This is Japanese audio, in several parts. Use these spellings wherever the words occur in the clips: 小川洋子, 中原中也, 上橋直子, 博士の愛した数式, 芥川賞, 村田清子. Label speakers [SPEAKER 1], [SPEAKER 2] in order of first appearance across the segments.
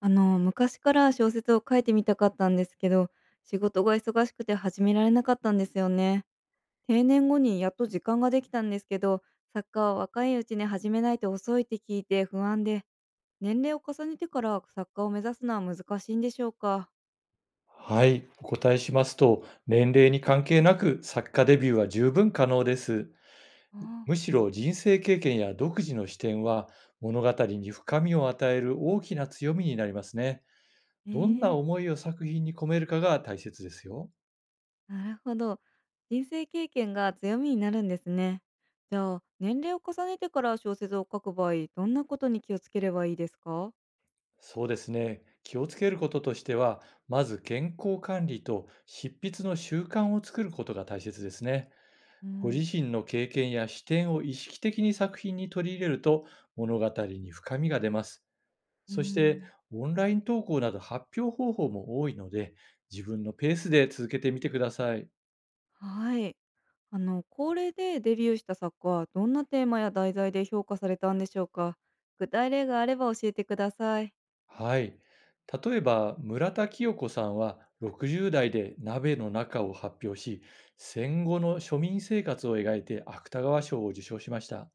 [SPEAKER 1] 昔から小説を書いてみたかったんですけど、仕事が忙しくて始められなかったんですよね。定年後にやっと時間ができたんですけど、作家は若いうちに始めないと遅いって聞いて不安で、年齢を重ねてから作家を目指すのは難しいんでしょうか。
[SPEAKER 2] はい、お答えしますと、年齢に関係なく作家デビューは十分可能です。
[SPEAKER 1] ああ、
[SPEAKER 2] むしろ人生経験や独自の視点は物語に深みを与える大きな強みになりますね。どんな
[SPEAKER 1] ええ、
[SPEAKER 2] 思いを作品に込めるかが大切ですよ。
[SPEAKER 1] なるほど。人生経験が強みになるんですね。じゃあ、年齢を重ねてから小説を書く場合、どんなことに気をつければいいですか？
[SPEAKER 2] そうですね。気をつけることとしては、まず健康管理と執筆の習慣を作ることが大切ですね。
[SPEAKER 1] う
[SPEAKER 2] ご
[SPEAKER 1] ん。
[SPEAKER 2] 自身の経験や視点を意識的に作品に取り入れると物語に深みが出ます。
[SPEAKER 1] うー
[SPEAKER 2] そして、
[SPEAKER 1] ん。
[SPEAKER 2] オンライン投稿など発表方法も多いので、自分のペースで続けてみてください。
[SPEAKER 1] はい。高齢でデビューした作家はどんなテーマや題材で評価されたんでしょうか？具体例があれば教えてください。
[SPEAKER 2] はい。例えば、村田清子さんは60代で鍋の中を発表し、戦後の庶民生活を描いて芥川賞を受賞しました。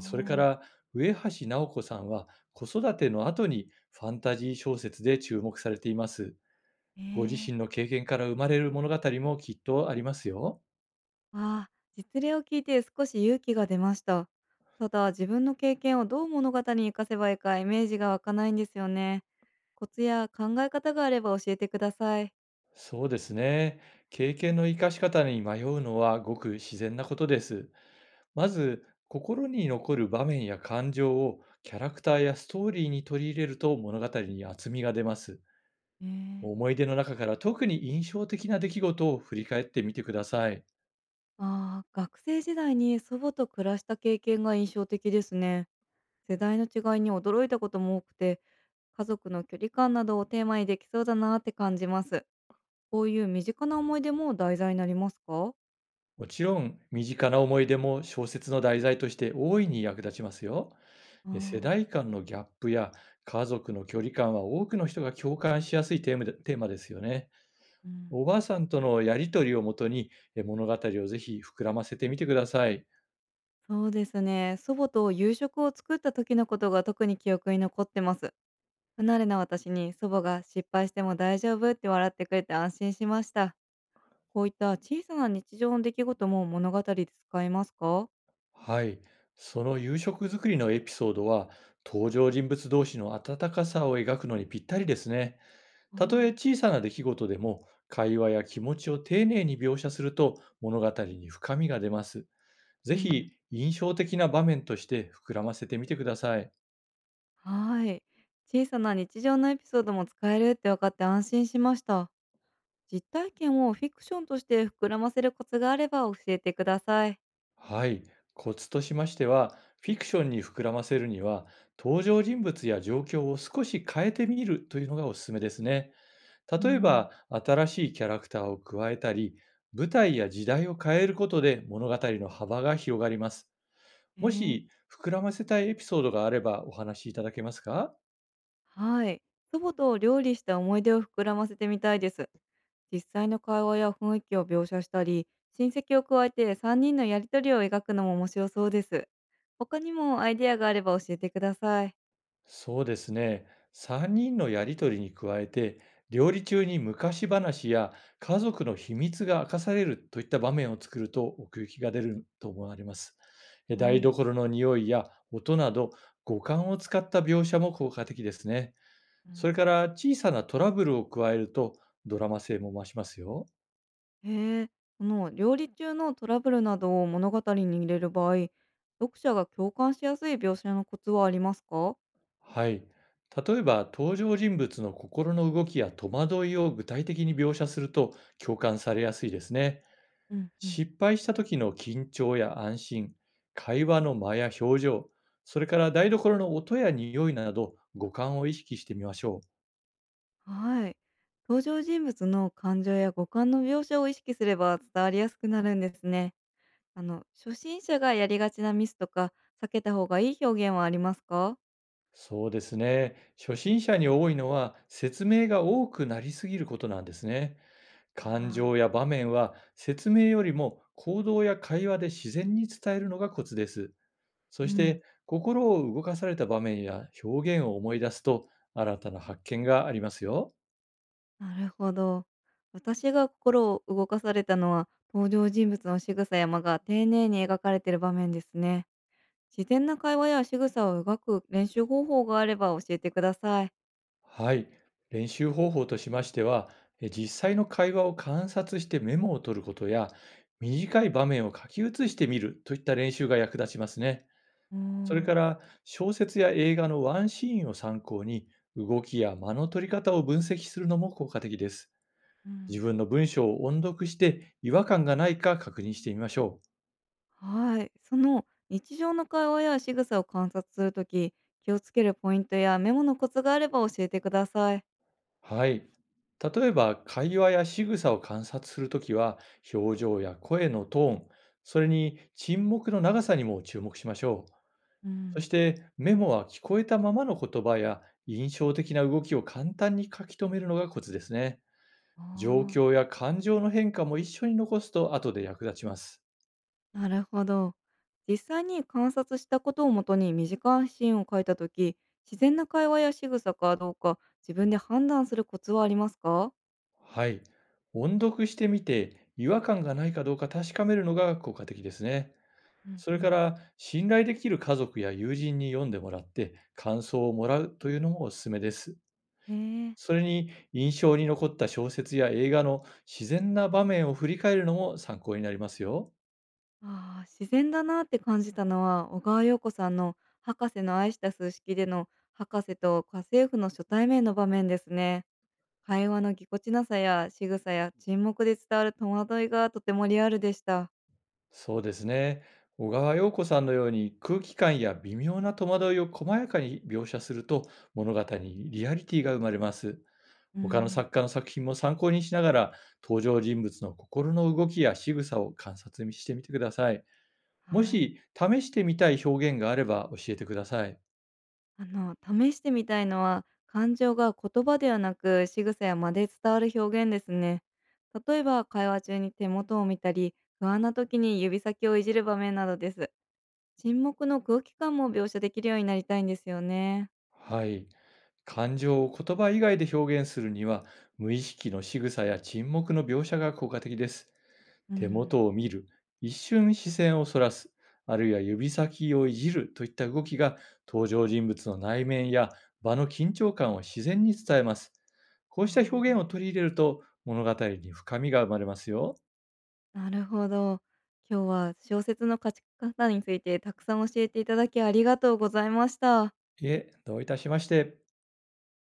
[SPEAKER 2] それから、上橋直子さんは子育ての後にファンタジー小説で注目されています。
[SPEAKER 1] え
[SPEAKER 2] ご自
[SPEAKER 1] え
[SPEAKER 2] 身
[SPEAKER 1] ー。
[SPEAKER 2] の経験から生まれる物語もきっとありますよ。
[SPEAKER 1] あー、実例を聞いて少し勇気が出ました。ただ、自分の経験をどう物語に活かせばいいかイメージが湧かないんですよね。コツや考え方があれば教えてください。
[SPEAKER 2] そうですね。経験の生かし方に迷うのはごく自然なことです。まず、心に残る場面や感情をキャラクターやストーリーに取り入れると物語に厚みが出ます。
[SPEAKER 1] えー
[SPEAKER 2] 思い出の中から特に印象的な出来事を振り返ってみてください。
[SPEAKER 1] ああ、学生時代に祖母と暮らした経験が印象的ですね。世代の違いに驚いたことも多くて、家族の距離感などをテーマにできそうだなって感じます。こういう身近な思い出も題材になりますか？
[SPEAKER 2] もちろん、身近な思い出も小説の題材として大いに役立ちますよ。世
[SPEAKER 1] ああ、
[SPEAKER 2] 代間のギャップや家族の距離感は、多くの人が共感しやすいテーマですよね。
[SPEAKER 1] うん。
[SPEAKER 2] おばあさんとのやり取りをもとに、物語をぜひ膨らませてみてください。
[SPEAKER 1] そうですね。祖母と夕食を作った時のことが特に記憶に残ってます。不慣れな私に祖母が失敗しても大丈夫って笑ってくれて安心しました。こういった小さな日常の出来事も物語で使えますか？
[SPEAKER 2] はい。その夕食作りのエピソードは、登場人物同士の温かさを描くのにぴったりですね。
[SPEAKER 1] あ
[SPEAKER 2] たと
[SPEAKER 1] あ
[SPEAKER 2] え
[SPEAKER 1] ー、
[SPEAKER 2] 小さな出来事でも、会話や気持ちを丁寧に描写すると、物語に深みが出ます。
[SPEAKER 1] う
[SPEAKER 2] ぜ
[SPEAKER 1] ん。
[SPEAKER 2] ひ、印象的な場面として膨らませてみてください。
[SPEAKER 1] はい。小さな日常のエピソードも使えるって分かって安心しました。実体験をフィクションとして膨らませるコツがあれば教えてください。
[SPEAKER 2] はい。コツとしましては、フィクションに膨らませるには、登場人物や状況を少し変えてみるというのがおすすめですね。
[SPEAKER 1] う
[SPEAKER 2] 例え
[SPEAKER 1] ん。
[SPEAKER 2] ば、新しいキャラクターを加えたり、舞台や時代を変えることで物語の幅が広がります。
[SPEAKER 1] え
[SPEAKER 2] も
[SPEAKER 1] ー、
[SPEAKER 2] し、膨らませたいエピソードがあればお話しいただけますか？
[SPEAKER 1] はい。祖母と料理した思い出を膨らませてみたいです。実際の会話や雰囲気を描写したり、親戚を加えて3人のやりとりを描くのも面白そうです。他にもアイデアがあれば教えてください。
[SPEAKER 2] そうですね。3人のやりとりに加えて、料理中に昔話や家族の秘密が明かされるといった場面を作ると、奥行きが出ると思われます。
[SPEAKER 1] は
[SPEAKER 2] 台
[SPEAKER 1] い。
[SPEAKER 2] 所の匂いや音など、五感を使った描写も効果的ですね。
[SPEAKER 1] う
[SPEAKER 2] それ
[SPEAKER 1] ん。
[SPEAKER 2] から、小さなトラブルを加えると、ドラマ性も増しますよ。
[SPEAKER 1] へえ、その料理中のトラブルなどを物語に入れる場合、読者が共感しやすい描写のコツはありますか？
[SPEAKER 2] はい。例えば、登場人物の心の動きや戸惑いを具体的に描写すると、共感されやすいですね。
[SPEAKER 1] うんうん。
[SPEAKER 2] 失敗した時の緊張や安心、会話の間や表情、それから台所の音や匂いなど、五感を意識してみましょう。
[SPEAKER 1] はい。登場人物の感情や五感の描写を意識すれば伝わりやすくなるんですね。初心者がやりがちなミスとか、避けた方がいい表現はありますか？
[SPEAKER 2] そうですね。初心者に多いのは、説明が多くなりすぎることなんですね。感情
[SPEAKER 1] ああ、
[SPEAKER 2] や場面は、説明よりも行動や会話で自然に伝えるのがコツです。そ
[SPEAKER 1] う
[SPEAKER 2] し
[SPEAKER 1] ん。
[SPEAKER 2] て、心を動かされた場面や表現を思い出すと、新たな発見がありますよ。
[SPEAKER 1] なるほど。私が心を動かされたのは、登場人物の仕草や間が丁寧に描かれている場面ですね。自然な会話や仕草を描く練習方法があれば教えてください。
[SPEAKER 2] はい。練習方法としましては、実際の会話を観察してメモを取ることや、短い場面を書き写してみるといった練習が役立ちますね。
[SPEAKER 1] お
[SPEAKER 2] それか
[SPEAKER 1] ー。
[SPEAKER 2] ら、小説や映画のワンシーンを参考に、動きや間の取り方を分析するのも効果的です。
[SPEAKER 1] う
[SPEAKER 2] 自
[SPEAKER 1] ん。
[SPEAKER 2] 分の文章を音読して、違和感がないか確認してみましょう。
[SPEAKER 1] はい。その日常の会話や仕草を観察するとき、気をつけるポイントやメモのコツがあれば教えてください。
[SPEAKER 2] はい。例えば、会話や仕草を観察するときは、表情や声のトーン、それに沈黙の長さにも注目しましょう。
[SPEAKER 1] う
[SPEAKER 2] そし
[SPEAKER 1] ん。
[SPEAKER 2] て、メモは聞こえたままの言葉や印象的な動きを簡単に書き留めるのがコツですね。状
[SPEAKER 1] あ
[SPEAKER 2] 況
[SPEAKER 1] あ。
[SPEAKER 2] や感情の変化も一緒に残すと、後で役立ちます。
[SPEAKER 1] なるほど。実際に観察したことをもとに短いシーンを書いたとき、自然な会話や仕草かどうか自分で判断するコツはありますか？
[SPEAKER 2] はい。音読してみて、違和感がないかどうか確かめるのが効果的ですね。
[SPEAKER 1] うん
[SPEAKER 2] そ
[SPEAKER 1] う
[SPEAKER 2] れか
[SPEAKER 1] ん。
[SPEAKER 2] ら、信頼できる家族や友人に読んでもらって感想をもらうというのもおすすめです。
[SPEAKER 1] へえ。
[SPEAKER 2] それに、印象に残った小説や映画の自然な場面を振り返るのも参考になりますよ。
[SPEAKER 1] ああ、自然だなって感じたのは、小川洋子さんの「博士の愛した数式」での博士と家政婦の初対面の場面ですね。会話のぎこちなさや仕草や沈黙で伝わる戸惑いがとてもリアルでした。
[SPEAKER 2] そうですね。小川洋子さんのように、空気感や微妙な戸惑いを細やかに描写すると、物語にリアリティが生まれます。
[SPEAKER 1] う
[SPEAKER 2] 他の
[SPEAKER 1] ん、
[SPEAKER 2] 作家の作品も参考にしながら、登場人物の心の動きや仕草を観察してみてください。も
[SPEAKER 1] はい。
[SPEAKER 2] し試してみたい表現があれば教えてください。
[SPEAKER 1] 試してみたいのは、感情が言葉ではなく仕草や間で伝わる表現ですね。例えば、会話中に手元を見たり、不安な時に指先をいじる場面などです。沈黙の空気感も描写できるようになりたいんですよね。
[SPEAKER 2] はい。感情を言葉以外で表現するには、無意識の仕草や沈黙の描写が効果的です。
[SPEAKER 1] う
[SPEAKER 2] 手
[SPEAKER 1] ん。
[SPEAKER 2] 元を見る、一瞬視線をそらす、あるいは指先をいじるといった動きが、登場人物の内面や場の緊張感を自然に伝えます。こうした
[SPEAKER 1] あ
[SPEAKER 2] 表現を
[SPEAKER 1] ー、
[SPEAKER 2] 取り入れると、物語に深みが生まれますよ。
[SPEAKER 1] なるほど。今日は小説の書き方についてたくさん教えていただきありがとうございました。
[SPEAKER 2] いえ、どういたしまして。